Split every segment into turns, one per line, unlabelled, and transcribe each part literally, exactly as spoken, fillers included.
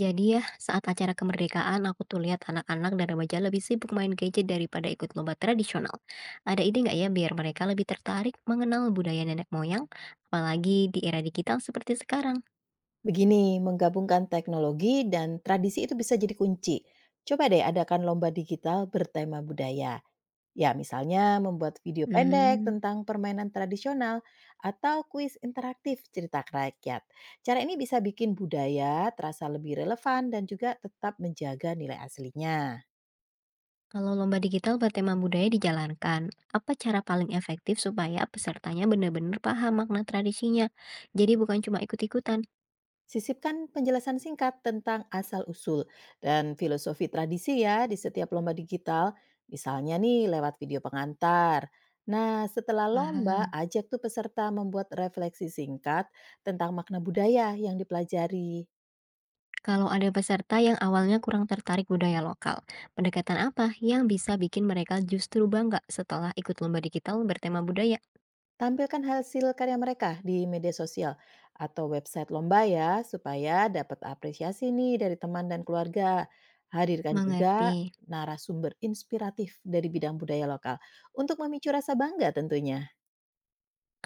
Jadi ya, saat acara kemerdekaan aku tuh lihat anak-anak dan remaja lebih sibuk main gadget daripada ikut lomba tradisional. Ada ide nggak ya biar mereka lebih tertarik mengenal budaya nenek moyang, apalagi di era digital seperti sekarang?
Begini, menggabungkan teknologi dan tradisi itu bisa jadi kunci. Coba deh adakan lomba digital bertema budaya. Ya, misalnya membuat video pendek
Hmm,
tentang permainan tradisional atau kuis interaktif cerita rakyat. Cara ini bisa bikin budaya terasa lebih relevan dan juga tetap menjaga nilai aslinya.
Kalau lomba digital bertema budaya dijalankan, apa cara paling efektif supaya pesertanya benar-benar paham makna tradisinya? Jadi bukan cuma ikut-ikutan.
Sisipkan penjelasan singkat tentang asal-usul dan filosofi tradisi ya di setiap lomba digital, misalnya nih lewat video pengantar. Nah, setelah lomba,
Paham.
ajak tuh peserta membuat refleksi singkat tentang makna budaya yang dipelajari.
Kalau ada peserta yang awalnya kurang tertarik budaya lokal, pendekatan apa yang bisa bikin mereka justru bangga setelah ikut lomba digital bertema budaya?
Tampilkan hasil karya mereka di media sosial atau website lomba ya, supaya dapat apresiasi nih dari teman dan keluarga. Hadirkan juga
Mengerti.
narasumber inspiratif dari bidang budaya lokal untuk memicu rasa bangga tentunya.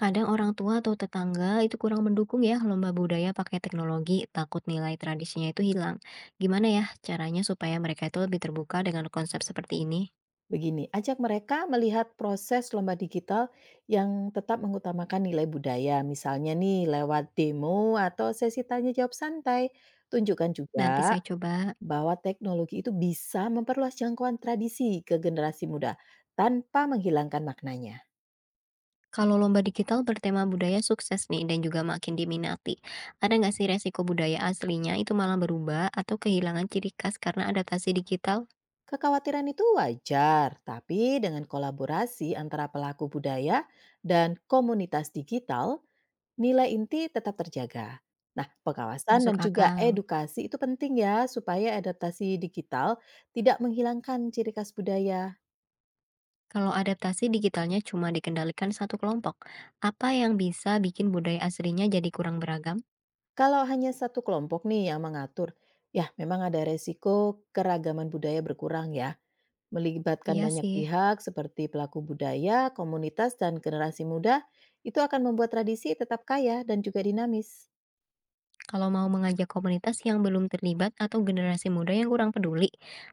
Kadang orang tua atau tetangga itu kurang mendukung ya lomba budaya pakai teknologi, takut nilai tradisinya itu hilang. Gimana ya caranya supaya mereka itu lebih terbuka dengan konsep seperti ini?
Begini, ajak mereka melihat proses lomba digital yang tetap mengutamakan nilai budaya, misalnya nih lewat demo atau sesi tanya jawab santai. Tunjukkan
Nanti
juga
saya coba.
bahwa teknologi itu bisa memperluas jangkauan tradisi ke generasi muda tanpa menghilangkan maknanya.
Kalau lomba digital bertema budaya sukses nih dan juga makin diminati, ada nggak sih resiko budaya aslinya itu malah berubah atau kehilangan ciri khas karena adaptasi digital?
Kekhawatiran itu wajar, tapi dengan kolaborasi antara pelaku budaya dan komunitas digital, nilai inti tetap terjaga. Nah, pengawasan dan
Masuk
juga
akal.
edukasi itu penting ya supaya adaptasi digital tidak menghilangkan ciri khas budaya.
Kalau adaptasi digitalnya cuma dikendalikan satu kelompok, apa yang bisa bikin budaya aslinya jadi kurang beragam?
Kalau hanya satu kelompok nih yang mengatur, ya memang ada resiko keragaman budaya berkurang ya. Melibatkan
Iya
banyak
sih.
pihak seperti pelaku budaya, komunitas, dan generasi muda, itu akan membuat tradisi tetap kaya dan juga dinamis.
Kalau mau mengajak komunitas yang belum terlibat atau generasi muda yang kurang peduli,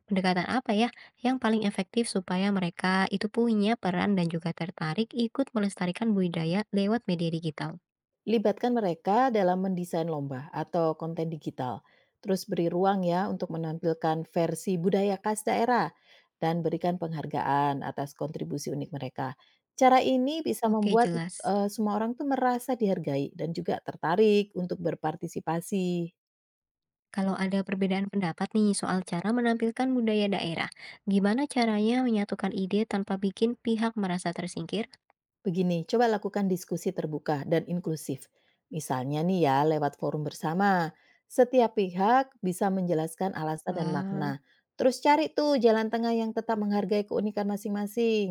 pendekatan apa ya yang paling efektif supaya mereka itu punya peran dan juga tertarik ikut melestarikan budaya lewat media digital?
Libatkan mereka dalam mendesain lomba atau konten digital. Terus beri ruang ya untuk menampilkan versi budaya khas daerah dan berikan penghargaan atas kontribusi unik mereka. Cara ini bisa
Oke,
membuat
jelas.
eh, semua orang tuh merasa dihargai dan juga tertarik untuk berpartisipasi.
Kalau ada perbedaan pendapat nih soal cara menampilkan budaya daerah, gimana caranya menyatukan ide tanpa bikin pihak merasa tersingkir?
Begini, coba lakukan diskusi terbuka dan inklusif. Misalnya nih ya, lewat forum bersama. Setiap pihak bisa menjelaskan alasan dan makna.
Wah.
Terus cari tuh jalan tengah yang tetap menghargai keunikan masing-masing.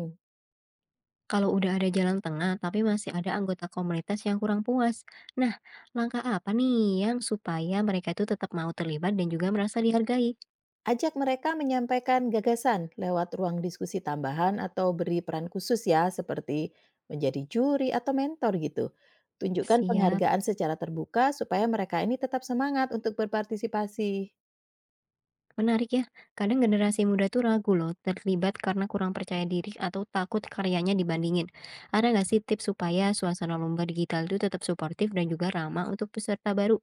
Kalau udah ada jalan tengah, tapi masih ada anggota komunitas yang kurang puas. Nah, langkah apa nih yang supaya mereka itu tetap mau terlibat dan juga merasa dihargai?
Ajak mereka menyampaikan gagasan lewat ruang diskusi tambahan atau beri peran khusus ya, seperti menjadi juri atau mentor gitu. Tunjukkan
Siap,
penghargaan secara terbuka supaya mereka ini tetap semangat untuk berpartisipasi.
menarik ya. Kadang generasi muda tuh ragu loh terlibat karena kurang percaya diri atau takut karyanya dibandingin. Ada nggak sih tips supaya suasana lomba digital itu tetap suportif dan juga ramah untuk peserta baru?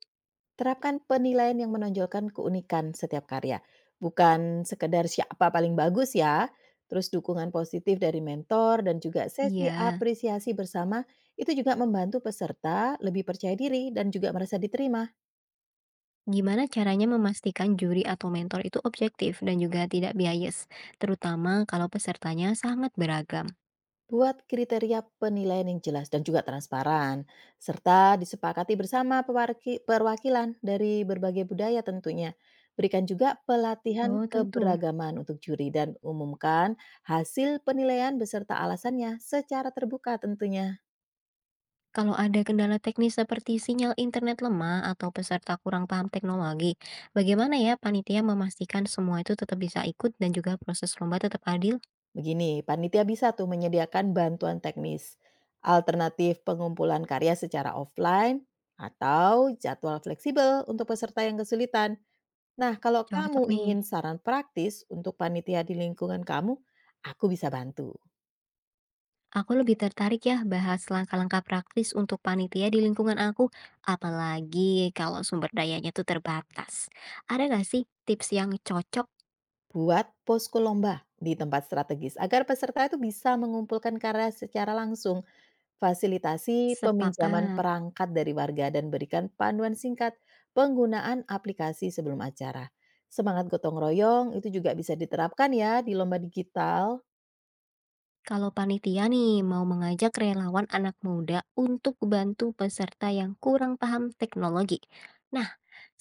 Terapkan penilaian yang menonjolkan keunikan setiap karya, bukan sekedar siapa paling bagus ya. Terus dukungan positif dari mentor dan juga sesi
Iya.
apresiasi bersama itu juga membantu peserta lebih percaya diri dan juga merasa diterima.
Gimana caranya memastikan juri atau mentor itu objektif dan juga tidak bias, terutama kalau pesertanya sangat beragam?
Buat kriteria penilaian yang jelas dan juga transparan, serta disepakati bersama pewarki- perwakilan dari berbagai budaya tentunya. Berikan juga pelatihan
Oh, tentu.
keberagaman untuk juri dan umumkan hasil penilaian beserta alasannya secara terbuka tentunya.
Kalau ada kendala teknis seperti sinyal internet lemah atau peserta kurang paham teknologi, bagaimana ya panitia memastikan semua itu tetap bisa ikut dan juga proses lomba tetap adil?
Begini, panitia bisa tuh menyediakan bantuan teknis, alternatif pengumpulan karya secara offline, atau jadwal fleksibel untuk peserta yang kesulitan. Nah, kalau kamu
Cocok nih.
ingin saran praktis untuk panitia di lingkungan kamu, aku bisa bantu.
Aku lebih tertarik ya bahas langkah-langkah praktis untuk panitia di lingkungan aku, apalagi kalau sumber dayanya tuh terbatas. Ada nggak sih tips yang cocok?
Buat posko lomba di tempat strategis agar peserta itu bisa mengumpulkan karya secara langsung, fasilitasi peminjaman
Sepakat.
perangkat dari warga dan berikan panduan singkat penggunaan aplikasi sebelum acara. Semangat gotong royong itu juga bisa diterapkan ya di lomba digital.
Kalau panitia nih mau mengajak relawan anak muda untuk bantu peserta yang kurang paham teknologi. Nah,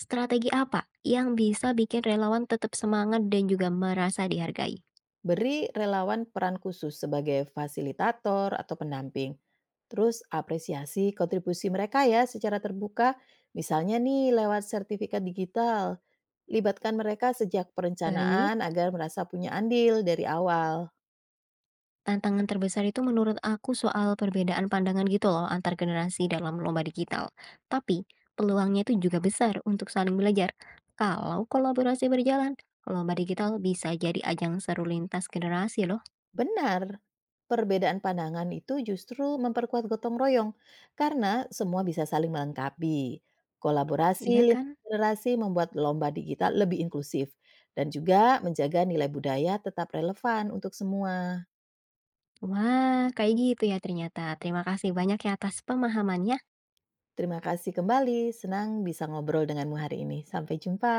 strategi apa yang bisa bikin relawan tetap semangat dan juga merasa dihargai?
Beri relawan peran khusus sebagai fasilitator atau pendamping. Terus apresiasi kontribusi mereka ya secara terbuka, misalnya nih lewat sertifikat digital. Libatkan mereka sejak
Baik.
perencanaan agar merasa punya andil dari awal.
Tantangan terbesar itu menurut aku soal perbedaan pandangan gitu loh antar generasi dalam lomba digital. Tapi peluangnya itu juga besar untuk saling belajar. Kalau kolaborasi berjalan, lomba digital bisa jadi ajang seru lintas generasi loh,
Benar, perbedaan pandangan itu justru memperkuat gotong royong karena semua bisa saling melengkapi. Kolaborasi
iya
lintas
kan?
generasi membuat lomba digital lebih inklusif dan juga menjaga nilai budaya tetap relevan untuk semua.
Wah, kayak gitu ya ternyata. Terima kasih banyak ya atas pemahamannya.
Terima kasih kembali, senang bisa ngobrol denganmu hari ini. Sampai jumpa.